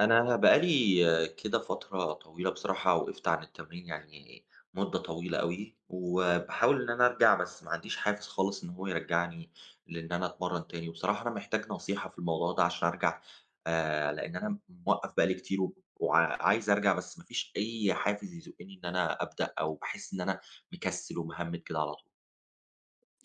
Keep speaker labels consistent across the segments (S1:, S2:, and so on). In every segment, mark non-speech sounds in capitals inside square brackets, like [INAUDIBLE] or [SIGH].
S1: أنا بقى لي كده فترة طويلة بصراحة وقفت عن التمرين يعني مدة طويلة أوي، وباحاول إن أنا أرجع بس ما عنديش حافز خالص إن هو يرجعني لإن أنا أتمرّن تاني، وبصراحة أنا محتاج نصيحة في الموضوع ده عشان أرجع. لإن أنا موقّف بقى لي كتير وب وع عايز أرجع بس ما فيش أي حافز يزُقّني إن أنا أبدأ أو باحس إن أنا مكسّل ومهمِّد كده على طول.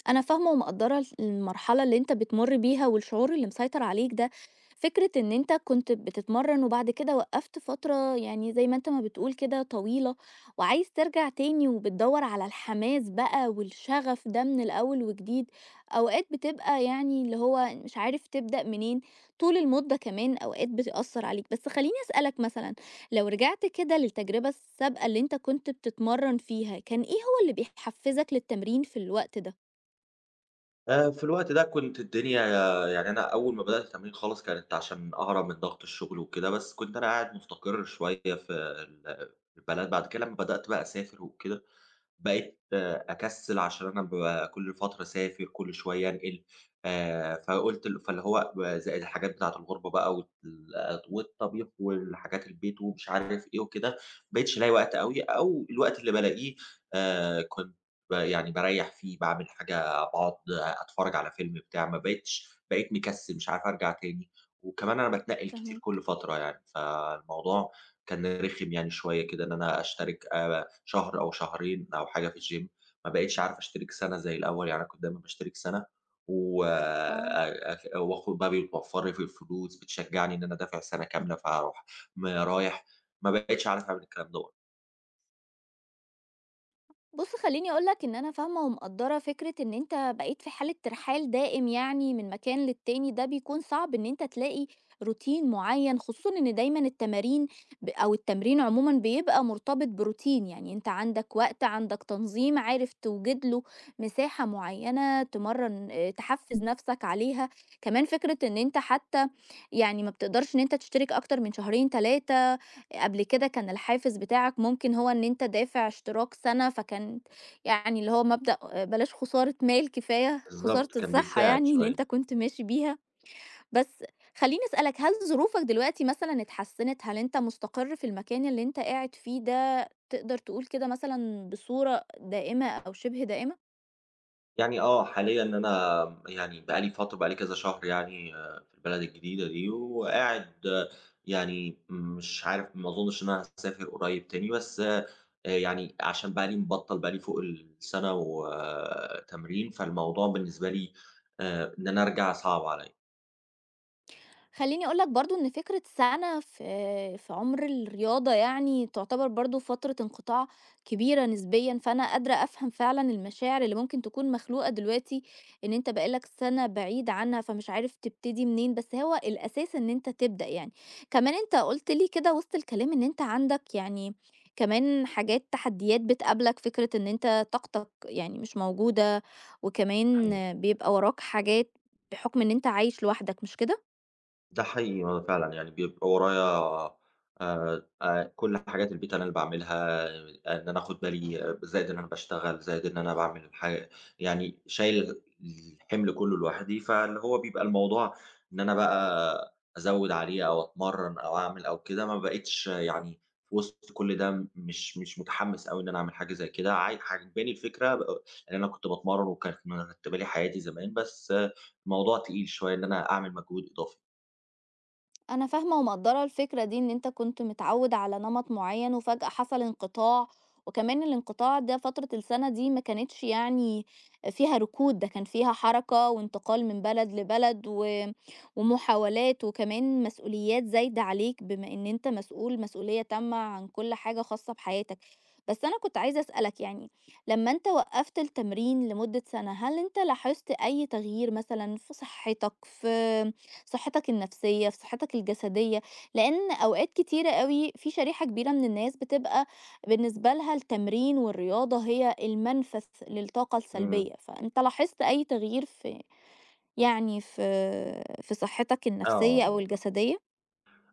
S2: أنا فاهمة ومقدّرة الف المرحلة اللي أنت بتمُر بيها والشعور اللي مسيطر عليك ده، فكرة إن أنت كنت بتتمرّن وبعد كده وقّفت فترة يعني زي ما أنت ما بتقول كده طويلة، وعايز ترجع تاني وبتدوّر على الحماس بقى والشغف ده من الأول وجديد، أوقات بتبقى يعني اللي هو مش عارف تبدأ منين، طول المدة كمان أوقات بتأثّر عليك، بس خلّيني أسألك مثلًا لو رجعت كده للتجربة السابقة اللي أنت كنت بتتمرّن فيها، كان إيه هو اللي بيحفّزك للتمرين في الوقت ده؟
S1: في الوقت ده كنت الدنيا، يعني أنا أول ما بدأت التمرين خالص كانت عشان أهرب من ضغط الشغل وكده، بس كنت أنا قاعد مستقر شوية في البلد، بعد كده لمّا بدأت بقى أسافر وكده، بقيت آه، أكسّل عشان أنا كل فترة أسافر، كل شوية أنقل، فقُلت فاللي هو زائد الحاجات بتاعة الغربة بقى والطبيخ والحاجات البيت ومش عارف إيه وكده، ما بقيتش ألاقي وقت أوي أو الوقت اللي بالاقيه كنت يعني باريّح فيه، باعمل حاجة، باقعد أتفرّج على فيلم بتاع، ما بقيتش بقيت مكسّل مش عارف أرجع تاني، وكمان أنا باتنقّل كتير
S2: فاهماك.
S1: كل فترة يعني، فالموضوع كان رخم يعني شوية كده إن أنا أشترك شهر أو شهرين أو حاجة في الgym، ما بقيتش عارف أشترك سَنة زي الأول، يعني أنا كنت دايمًا باشترك سَنة و
S2: آه.
S1: أك وآخد بقى بيتوفّر لي في الفلوس، بتشجّعني إن أنا أدافع سَنة كاملة، فهاروح رايح، ما بقيتش عارف أعمل الكلام دوّة.
S2: بُص خلّيني أقول لك إن أنا فاهمة ومقدّرة فكرة إن أنت بقيت في حالة ترحال دائم يعني من مكان للتاني، ده بيكون صعب إن أنت تلاقي روتين معيّن، خصوصًا إن دايمًا التمارين أو التمرين عمومًا بيبقى مرتبط بروتين، يعني أنت عندك وقت، عندك تنظيم، عارف توجد له مساحة معيّنة تمرّن تحفّز نَفْسك عليها، كمان فكرة إن أنت حتى يعني ما بتقدرش إن أنت تشترك أكتر من شهرين، 3. قبل كده كان الحافز بتاعك ممكن هو إن أنت دافع اشتراك سَنة، فكان يعني اللي هو مبدأ بلاش خسارة مال كفاية خسارة
S1: بالضبط، كان
S2: الصحة
S1: بيساعد
S2: يعني اللي
S1: شوية.
S2: أنت كنت ماشي بيها. بس خلّيني أسألك، هل ظروفك دلوقتي مثلًا اتحسّنت؟ هل أنت مستقر في المكان اللي أنت قاعد فيه ده تقدر تقول كده مثلًا بصورة دائمة أو شِبه دائمة؟
S1: يعني آه، حاليًا أنا يعني بقى لي فترة بقى لي كذا شهر يعني آه، في البلد الجديدة دي، وقاعد آه، يعني مش عارف، ما أظنش إن أنا هاسافر قريب تاني، بس يعني عشان بقى لي مبطّل بقى لي فوق السنة و تمرين، فالموضوع بالنسبة لي إن أنا أرجع صعب عليّا.
S2: خلّيني أقول لك برضه إن فكرة سَنة في عُمر الرياضة يعني تعتبر برضه فترة انقطاع كبيرة نسبيًا، فأنا قادرة أفهم فعلًا المشاعر اللي ممكن تكون مخلوقة دلوقتي، إن أنت بقى لك سَنة بعيد عنها، فمش عارف تبتدي منين، بس هو الأساس إن أنت تبدأ يعني. كمان أنت قُلت لي كده وسط الكلام إن أنت عندك يعني كمان حاجات تحديات بتقابلك، فكرة إن أنت طاقتك يعني مش موجودة، وكمان بيبقى وراك حاجات بحُكم إن أنت عايش لوحدك، مش كده؟
S1: ده حقيقي آه فعلًا، يعني بيبقى ورايا كل حاجات البيت أنا اللي باعملها، إن أنا آخُد بالي آه، زائد إن أنا باشتغل، زائد إن أنا باعمل حاجة، يعني شايل الحِمل كُلّه لوحدي، فاللي هو بيبقى الموضوع إن أنا بقى أزوِّد عليه أو أتمرّن أو أعمل أو كده، ما بقيتش يعني في وسط كل ده مش متحمّس أوي إن أنا أعمل حاجة زي كده، عاجباني الفكرة لإن أنا كنت باتمرّن وكانت مرتّبة لي حياتي زمان، بس آه، الموضوع تقيل شوية إن أنا أعمل مجهود إضافي.
S2: أنا فاهمة ومقدّرة الفكرة دي، إن أنت كنت متعوّد على نمط معيّن وفجأة حصل انقطاع، وكمان الانقطاع ده فترة السَنة دي ما كانتش يعني فيها ركود، ده كان فيها حركة وانتقال من بلد لبلد و ومحاولات وكمان مسؤوليات زايدة عليك، بما إن أنت مسؤول مسؤولية تامة عن كل حاجة خاصة بحياتك. بس أنا كنت عايزة أسألك، يعني لمّا أنت وقّفت التمرين لمدة سَنة، هل أنت لاحظت أي تغيير مثلًا في صحتك، في صحتك النفسية، في صحتك الجسدية، لإن أوقات كتيرة أوي في شريحة كبيرة من الناس بتبقى بالنسبة لها التمرين والرياضة هي المنفذ للطاقة
S1: إمم،
S2: السلبية، فأنت لاحظت أي تغيير في يعني في صحتك النفسية
S1: آه،
S2: أو الجسدية؟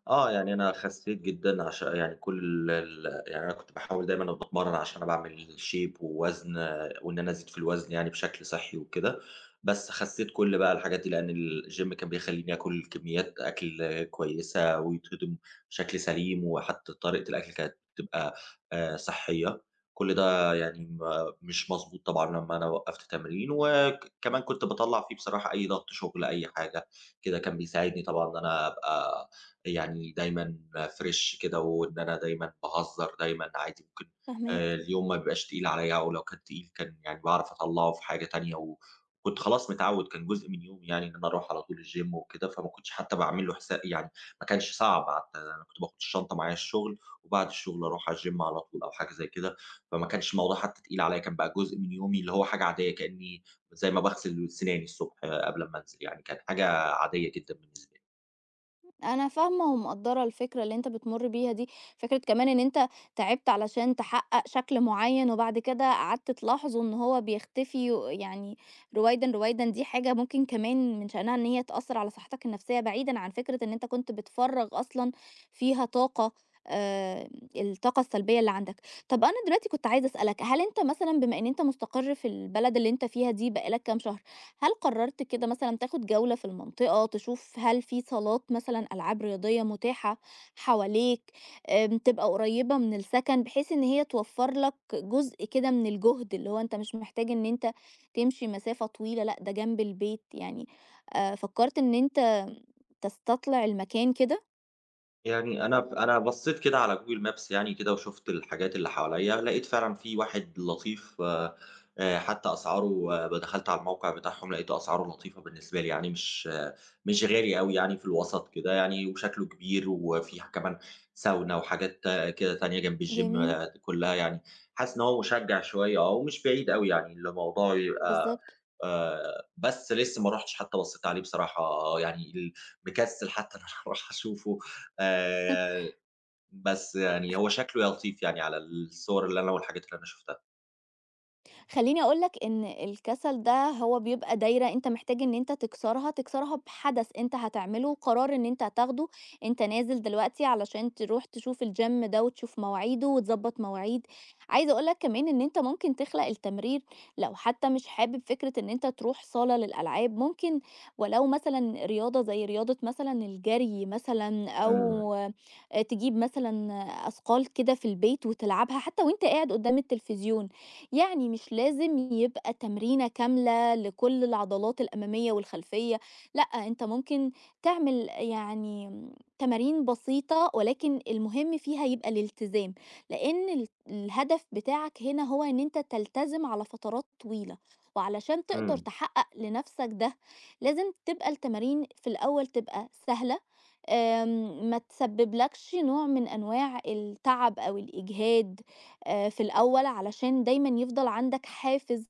S1: آه، يعني أنا خسيت جدًا يعني كل ال يعني أنا كنت باحاول دايمًا أبقى باتمرّن عشان أنا باعمل shape ووزن آه، وإن أنا أزيد في الوزن يعني بشكل صحّي وكده، بس خسيت كل بقى الحاجات دي لإن الgym كان بيخلّيني آكل كميات أكل كويسة ويتهضم بشكل سليم، وحتى طريقة الأكل كانت بتبقى صحّية، كل ده يعني ما مش مضبوط طبعًا لمّا أنا وقّفت تمرين، كمان كنت باطلّع فيه بصراحة أي ضغط شغل، أي حاجة كده، كان بيساعدني طبعًا إن أنا أبقى يعني دايمًا فريش كده، وإن أنا دايمًا باهزر دايمًا عادي ممكن.
S2: فاهماك.
S1: اليوم ما بيبقاش تقيل عليَّ، أو لو كان تقيل كان يعني باعرف أطلّعه في حاجة تانية، وكنت خلاص متعوّد، كان جزء من يومي يعني إن أنا أروح على طول الgym وكده، فما كنتش حتى باعمل له حساب يعني، ما كانش صعب حتى، أنا كنت باخد الشنطة معايا الشغل، وبعد الشغل أروح على الgym على طول أو حاجة زي كده، فما كانش الموضوع حتى تقيل عليَّ، كان بقى جزء من يومي اللي هو حاجة عادية، كأني زي ما باغسل سناني الصبح آه، قبل أمّا أنزل، يعني كانت حاجة عادية جدًا بالنسبة لي.
S2: أنا فاهمة ومقدّرة الفكرة اللي أنت بتمُر بيها دي، فكرة كمان إن أنت تعبت علشان تحقق شكل معيّن، وبعد كده قعدت تلاحظه إن هو بيختفي ويعني رويدًا، رويدًا، دي حاجة ممكن كمان من شأنها إن هي تأثّر على صحتك النفسية، بعيدًا عن فكرة إن أنت كنت بتفرّغ أصلًا فيها طاقة، آآ، الطاقة السلبية اللي عندك. طَب أنا دلوقتي كنت عايزة أسألك، هل أنت مثلًا بما إن أنت مستقر في البلد اللي أنت فيها دي بقى لك كام شهر، هل قررت كده مثلًا تاخد جولة في المنطقة، تشوف هل في صالات مثلًا ألعاب رياضية متاحة حواليك، تبقى قريبة من السكن، بحيث إن هي توفر لك جزء كده من الجهد، اللي هو أنت مش محتاج إن أنت تمشي مسافة طويلة، لأ ده جنب البيت يعني، فكرت إن أنت تستطلع المكان كده؟
S1: يعني أنا بصّيت كده على Google Maps يعني كده وشُفت الحاجات اللي حواليّا، لقيت فعلًا في واحد لطيف، حتى أسعاره دخلت على الموقع بتاعهم لقيته أسعاره لطيفة بالنسبة لي، يعني مش آه، مش غالي أوي يعني في الوسط كده يعني، وشكله كبير وفيه كمان ساونا وحاجات آه، كده تانية جنب الGym
S2: جميل،
S1: آه، كُلّها يعني، حاسس إن هو مُشجّع شوية آه، ومش بعيد أوي يعني الموضوع يبقى.
S2: بالضبط.
S1: بس لسه ما رُحتش، حتى بصّيت عليه بصراحة آه، يعني مكسّل حتى [LAUGHS] إن أنا أروح أشوفه، آآ بس يعني هو شكله لطيف يعني على الصور اللي أنا والحاجات اللي أنا شُفتها.
S2: خلّيني أقول لك إن الكسل ده هو بيبقى دايرة أنت محتاج إن أنت تكسرها، تكسرها بحدث أنت هتعمله، قرار إن أنت هتاخده، أنت نازل دلوقتي علشان تروح تشوف الgym ده وتشوف مواعيده وتضبّط مواعيد. عايزة أقول لك كمان إن أنت ممكن تخلق التمرير لو حتى مش حابب فكرة إن أنت تروح صالة للألعاب، ممكن ولو مثلًا رياضة زي رياضة مثلًا الجري مثلًا
S1: إمم،
S2: أو تجيب مثلًا أثقال كده في البيت وتلعبها حتى وأنت قاعد قدّام التلفزيون. يعني مش لازم يبقى تمرينة كاملة لكل العضلات الأمامية والخلفية، لأ أنت ممكن تعمل يعني تمارين بسيطة، ولكن المهم فيها يبقى الالتزام لأن الهدف بتاعك هنا هو إن أنت تلتزم على فترات طويلة، وعلشان تقدر
S1: إمم.
S2: تحقق لنفسك ده لازم تبقى التمارين في الأول تبقى سهلة، ما تسببلكش نوع من أنواع التعب أو الإجهاد في الأول علشان دايمًا يفضل عندك حافز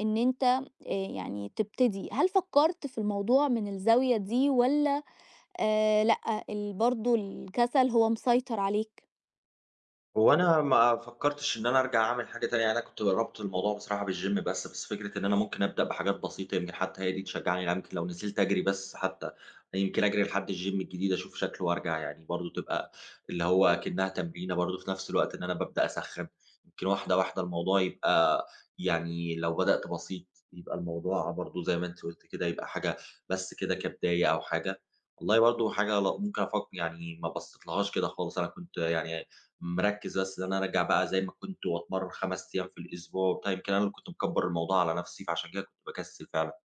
S2: إن أنت يعني تبتدي. هل فكّرت في الموضوع من الزاوية دي والّا لأ، برضه الكسل هو مسيطر عليك؟
S1: هو أنا ما فكّرتش إن أنا أرجع أعمل حاجة تانية، يعني أنا كنت رابط الموضوع بصراحة بالGym بس، بس فكرة إن أنا ممكن أبدأ بحاجات بسيطة يمكن حتى هي دي تشجّعني، يعني يمكن لو نزلت أجري بس حتى، يمكن أجري لحد الGym الجديد أشوف شكله وأرجع يعني برضه تبقى اللي هو أكنّها تمرينة برضه في نفس الوقت إن أنا بابدأ أسخّن، يمكن واحدة، واحدة الموضوع يبقى، يعني لو بدأت بسيط يبقى الموضوع برضه زي ما أنتِ قُلتِ كده يبقى حاجة، بس كده كبداية أو حاجة، والله برضه حاجة ممكن أفك يعني، ما بصّيتلهاش كده خالص، أنا كنت يعني مركّز بس إن أنا أرجع بقى زي ما كنت وأتمرّن 5 أيام في الأسبوع وبتاع، يمكن أنا اللي كنت مكبّر الموضوع على نَفْسي، فعشان كده كنت باكسّل فعلًا.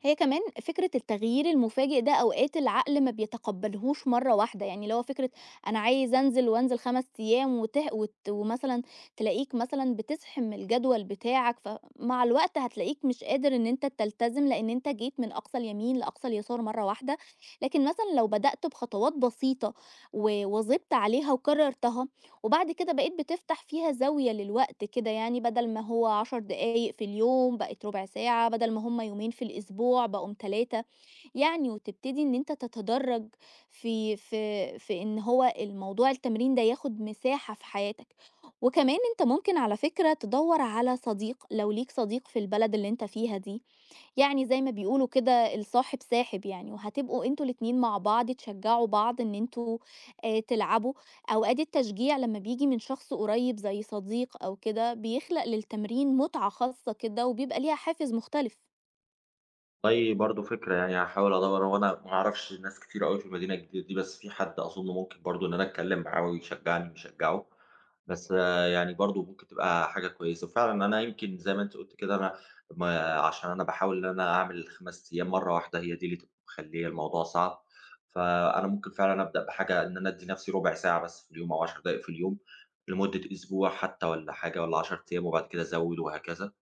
S2: هي كمان فكرة التغيير المفاجئ ده أوقات العقل ما بيتقبلهوش مرة واحدة، يعني لو فكرة أنا عايز أنزل وأنزل 5 أيام ومثلا تلاقيك مثلا بتزحم الجدول بتاعك، فمع الوقت هتلاقيك مش قادر إن أنت تلتزم لأن أنت جيت من أقصى اليمين لأقصى اليسار مرة واحدة، لكن مثلا لو بدأت بخطوات بسيطة وظبطت عليها وكررتها وبعد كده بقيت بتفتح فيها زاوية للوقت كده، يعني بدل ما هو 10 دقايق في اليوم بقت ربع ساعة، بدل ما هما يومين في الأسبوع بقوا 3، يعني وتبتدي إن أنت تتدرج في إن هو الموضوع التمرين ده ياخد مساحة في حياتك. وكمان أنت ممكن على فكرة تدور على صديق لو ليك صديق في البلد اللي أنت فيها دي، يعني زي ما بيقولوا كده الصاحب ساحب يعني، وهتبقوا أنتم الاتنين مع بعض تشجّعوا بعض إن أنتم تلعبوا، أوقات التشجيع لمّا بييجي من شخص قريب زي صديق أو كده بيخلق للتمرين متعة خاصة كده وبيبقى ليها حافز مختلف.
S1: والله برضه فكرة، يعني هاحاول أدوّر، هو أنا ما أعرفش ناس كتير أوي في المدينة الجديدة دي، بس في حد أظُن ممكن برضه إن أنا أتكلّم معاه ويشجّعني ويشجّعه، بس آه، يعني برضه ممكن تبقى حاجة كويسة. وفعلًا أنا يمكن زي ما أنتِ قُلتِ كده أنا ما عشان أنا باحاول إن أنا أعمل ال5 أيام مرّة واحدة، هي دي اللي تبقى مخلّية الموضوع صعب، فأنا ممكن فعلًا أبدأ بحاجة إن أنا أدّي نَفْسي رُبع ساعة بس في اليوم أو 10 دقايق في اليوم لمدة أسبوع حتى والّا حاجة والّا 10 أيام وبعد كده أزوّد وهكذا.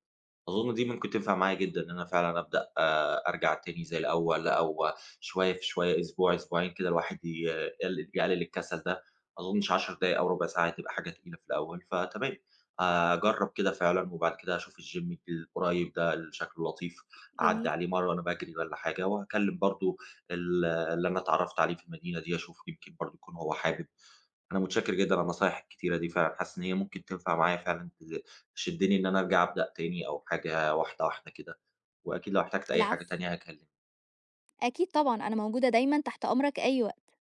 S1: أظن دي ممكن تنفع معايا جدًا، إن أنا فعلًا أبدأ أرجع تاني زي الأول، أو شوية في شوية، أسبوع، أسبوعين كده، الواحد ي يقل يقلل الكسل ده، ما أظنش 10 دقايق أو ربع ساعة هتبقى حاجة تقيلة في الأول، فتمام، آه، أجرّب كده فعلًا، وبعد كده أشوف الgym القريب ده اللي شكله لطيف، أعدّي
S2: جميل،
S1: عليه مرّة وأنا باجري والّا حاجة، وهاكلم برضه اللي أنا اتعرّفت عليه في المدينة دي، أشوف يمكن برضه يكون هو حابب. أنا متشكر جدًا على النصايح الكتيرة دي فعلًا، حاسس إن هي ممكن تنفع معايا فعلًا، تشدني إن أنا أرجع أبدأ تاني أو حاجة واحدة واحدة كده، وأكيد لو احتجت أي حاجة
S2: العفو،
S1: تانية هاكلمك.
S2: أكيد طبعًا أنا موجودة دايمًا تحت أمرك أي وقت.